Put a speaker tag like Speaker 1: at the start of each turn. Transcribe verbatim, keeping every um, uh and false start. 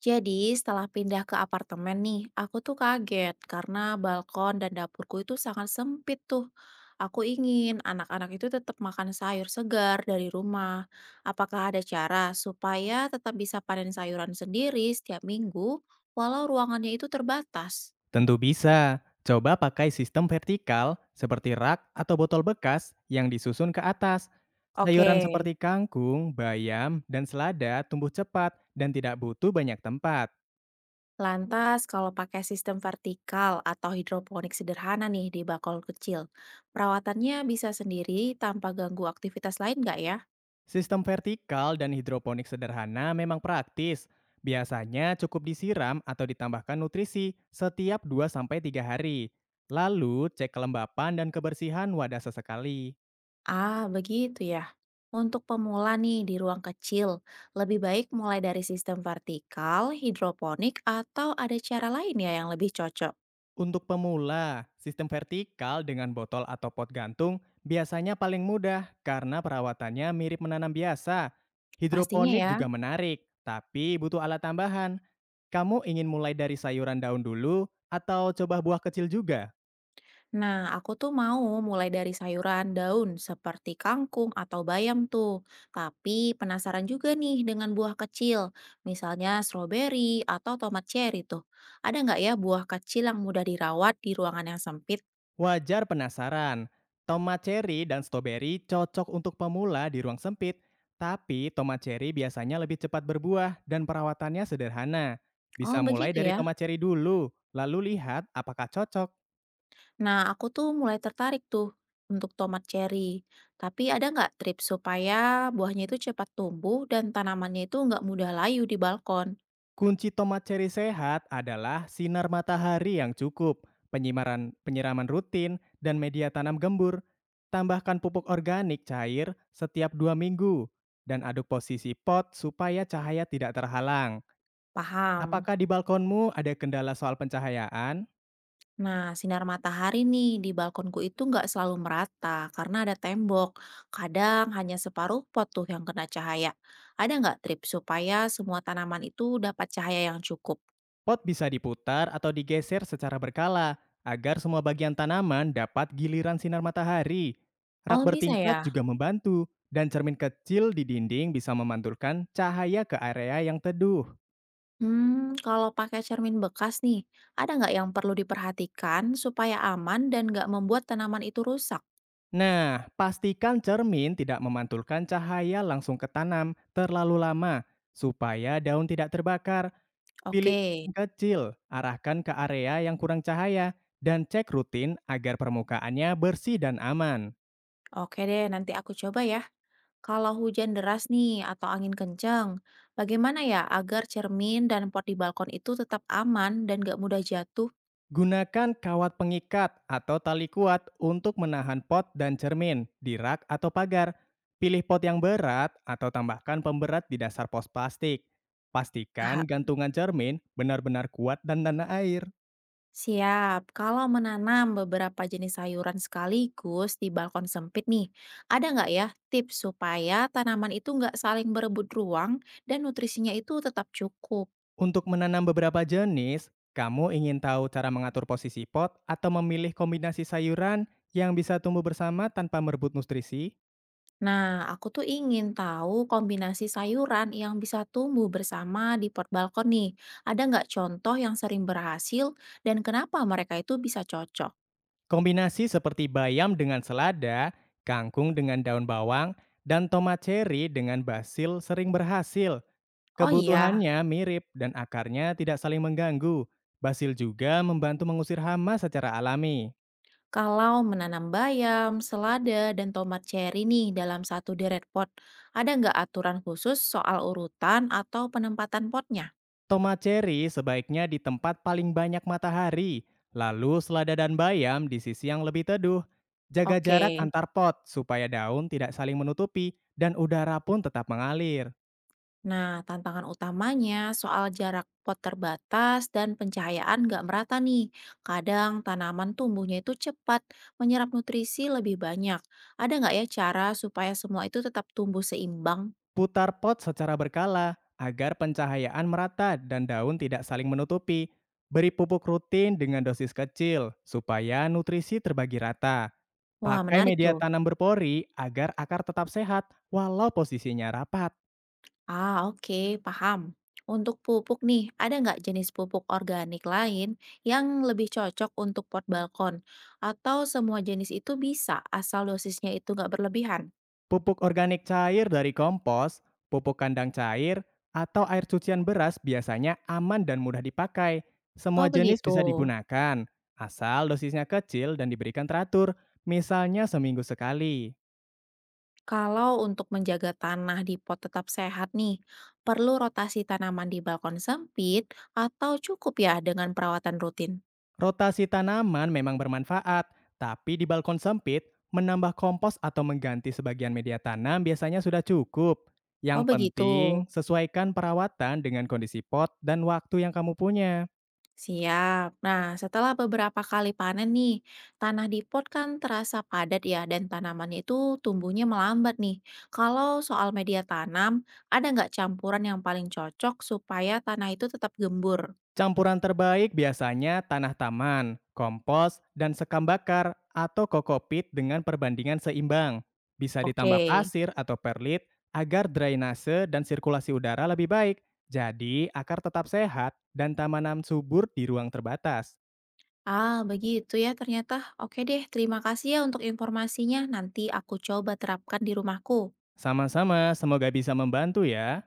Speaker 1: Jadi setelah pindah ke apartemen nih, aku tuh kaget karena balkon dan dapurku itu sangat sempit tuh. Aku ingin anak-anak itu tetap makan sayur segar dari rumah. Apakah ada cara supaya tetap bisa panen sayuran sendiri setiap minggu, walau ruangannya itu terbatas?
Speaker 2: Tentu bisa. Coba pakai sistem vertikal seperti rak atau botol bekas yang disusun ke atas.
Speaker 1: Oke.
Speaker 2: Sayuran seperti kangkung, bayam, dan selada tumbuh cepat dan tidak butuh banyak tempat.
Speaker 1: Lantas, kalau pakai sistem vertikal atau hidroponik sederhana nih di bakul kecil, perawatannya bisa sendiri tanpa ganggu aktivitas lain nggak ya?
Speaker 2: Sistem vertikal dan hidroponik sederhana memang praktis. Biasanya cukup disiram atau ditambahkan nutrisi setiap dua sampai tiga hari. Lalu cek kelembapan dan kebersihan wadah sesekali.
Speaker 1: Ah, begitu ya. Untuk pemula nih di ruang kecil, lebih baik mulai dari sistem vertikal, hidroponik, atau ada cara lain ya yang lebih cocok.
Speaker 2: Untuk pemula, sistem vertikal dengan botol atau pot gantung biasanya paling mudah karena perawatannya mirip menanam biasa.
Speaker 1: Pastinya
Speaker 2: Hidroponik
Speaker 1: ya.
Speaker 2: juga menarik, tapi butuh alat tambahan. Kamu ingin mulai dari sayuran daun dulu atau coba buah kecil juga?
Speaker 1: Nah, aku tuh mau mulai dari sayuran daun seperti kangkung atau bayam tuh. Tapi penasaran juga nih dengan buah kecil, misalnya stroberi atau tomat cherry tuh. Ada nggak ya buah kecil yang mudah dirawat di ruangan yang sempit?
Speaker 2: Wajar penasaran. Tomat cherry dan stroberi cocok untuk pemula di ruang sempit, tapi tomat cherry biasanya lebih cepat berbuah dan perawatannya sederhana.
Speaker 1: Oh,
Speaker 2: Bisa mulai
Speaker 1: begitu
Speaker 2: dari
Speaker 1: ya.
Speaker 2: tomat cherry dulu, lalu lihat apakah cocok.
Speaker 1: Nah, aku tuh mulai tertarik tuh untuk tomat cherry. Tapi ada nggak trip supaya buahnya itu cepat tumbuh dan tanamannya itu nggak mudah layu di balkon?
Speaker 2: Kunci tomat cherry sehat adalah sinar matahari yang cukup, penyimaran penyiraman rutin, dan media tanam gembur. Tambahkan pupuk organik cair setiap dua minggu dan aduk posisi pot supaya cahaya tidak terhalang.
Speaker 1: Paham.
Speaker 2: Apakah di balkonmu ada kendala soal pencahayaan?
Speaker 1: Nah, sinar matahari nih di balkonku itu nggak selalu merata karena ada tembok. Kadang hanya separuh pot tuh yang kena cahaya. Ada nggak trip supaya semua tanaman itu dapat cahaya yang cukup?
Speaker 2: Pot bisa diputar atau digeser secara berkala agar semua bagian tanaman dapat giliran sinar matahari. Rak
Speaker 1: Oh, bisa
Speaker 2: bertingkat
Speaker 1: ya?
Speaker 2: juga membantu, dan cermin kecil di dinding bisa memantulkan cahaya ke area yang teduh.
Speaker 1: Hmm, kalau pakai cermin bekas nih, ada nggak yang perlu diperhatikan supaya aman dan nggak membuat tanaman itu rusak?
Speaker 2: Nah, pastikan cermin tidak memantulkan cahaya langsung ke tanam terlalu lama supaya daun tidak terbakar. Pilih
Speaker 1: Oke.
Speaker 2: cermin kecil, arahkan ke area yang kurang cahaya, dan cek rutin agar permukaannya bersih dan aman.
Speaker 1: Oke deh, nanti aku coba ya. Kalau hujan deras nih atau angin kencang, bagaimana ya agar cermin dan pot di balkon itu tetap aman dan nggak mudah jatuh?
Speaker 2: Gunakan kawat pengikat atau tali kuat untuk menahan pot dan cermin di rak atau pagar. Pilih pot yang berat atau tambahkan pemberat di dasar pos plastik. Pastikan gantungan cermin benar-benar kuat dan tanah air.
Speaker 1: Siap, kalau menanam beberapa jenis sayuran sekaligus di balkon sempit nih, ada nggak ya tips supaya tanaman itu nggak saling berebut ruang dan nutrisinya itu tetap cukup?
Speaker 2: Untuk menanam beberapa jenis, kamu ingin tahu cara mengatur posisi pot atau memilih kombinasi sayuran yang bisa tumbuh bersama tanpa merebut nutrisi?
Speaker 1: Nah, aku tuh ingin tahu kombinasi sayuran yang bisa tumbuh bersama di pot balkon nih. Ada nggak contoh yang sering berhasil dan kenapa mereka itu bisa cocok?
Speaker 2: Kombinasi seperti bayam dengan selada, kangkung dengan daun bawang, dan tomat cherry dengan basil sering berhasil.
Speaker 1: Oh iya.
Speaker 2: Kebutuhannya mirip dan akarnya tidak saling mengganggu. Basil juga membantu mengusir hama secara alami.
Speaker 1: Kalau menanam bayam, selada, dan tomat cherry nih dalam satu deret pot, ada nggak aturan khusus soal urutan atau penempatan potnya?
Speaker 2: Tomat cherry sebaiknya di tempat paling banyak matahari, lalu selada dan bayam di sisi yang lebih teduh. Jaga
Speaker 1: Oke,
Speaker 2: jarak antar pot supaya daun tidak saling menutupi dan udara pun tetap mengalir.
Speaker 1: nah tantangan utamanya soal jarak pot terbatas dan pencahayaan nggak merata nih. Kadang tanaman tumbuhnya itu cepat, menyerap nutrisi lebih banyak. Ada nggak ya cara supaya semua itu tetap tumbuh seimbang?
Speaker 2: Putar pot secara berkala agar pencahayaan merata dan daun tidak saling menutupi. Beri pupuk rutin dengan dosis kecil supaya nutrisi terbagi rata.
Speaker 1: Wah,
Speaker 2: Pakai
Speaker 1: menarik
Speaker 2: media
Speaker 1: tuh.
Speaker 2: tanam berpori agar akar tetap sehat walau posisinya rapat.
Speaker 1: Ah, oke, paham. Untuk pupuk nih, ada nggak jenis pupuk organik lain yang lebih cocok untuk pot balkon? Atau semua jenis itu bisa, asal dosisnya itu nggak berlebihan?
Speaker 2: Pupuk organik cair dari kompos, pupuk kandang cair, atau air cucian beras biasanya aman dan mudah dipakai. Semua
Speaker 1: Oh,
Speaker 2: jenis
Speaker 1: begitu.
Speaker 2: bisa digunakan, asal dosisnya kecil dan diberikan teratur, misalnya seminggu sekali.
Speaker 1: Kalau untuk menjaga tanah di pot tetap sehat nih, perlu rotasi tanaman di balkon sempit atau cukup ya dengan perawatan rutin?
Speaker 2: Rotasi tanaman memang bermanfaat, tapi di balkon sempit, menambah kompos atau mengganti sebagian media tanam biasanya sudah cukup.
Speaker 1: Oh,
Speaker 2: Yang
Speaker 1: begitu.
Speaker 2: penting, sesuaikan perawatan dengan kondisi pot dan waktu yang kamu punya.
Speaker 1: Siap. Nah, setelah beberapa kali panen nih, tanah di pot kan terasa padat ya, dan tanamannya itu tumbuhnya melambat nih. Kalau soal media tanam, ada nggak campuran yang paling cocok supaya tanah itu tetap gembur?
Speaker 2: Campuran terbaik biasanya tanah taman, kompos, dan sekam bakar atau kokopit dengan perbandingan seimbang. Bisa
Speaker 1: Oke.
Speaker 2: ditambah pasir atau perlit agar drainase dan sirkulasi udara lebih baik. Jadi, akar tetap sehat dan tanaman subur di ruang terbatas.
Speaker 1: Ah, begitu ya ternyata. Oke deh, terima kasih ya untuk informasinya. Nanti aku coba terapkan di rumahku.
Speaker 2: Sama-sama, semoga bisa membantu ya.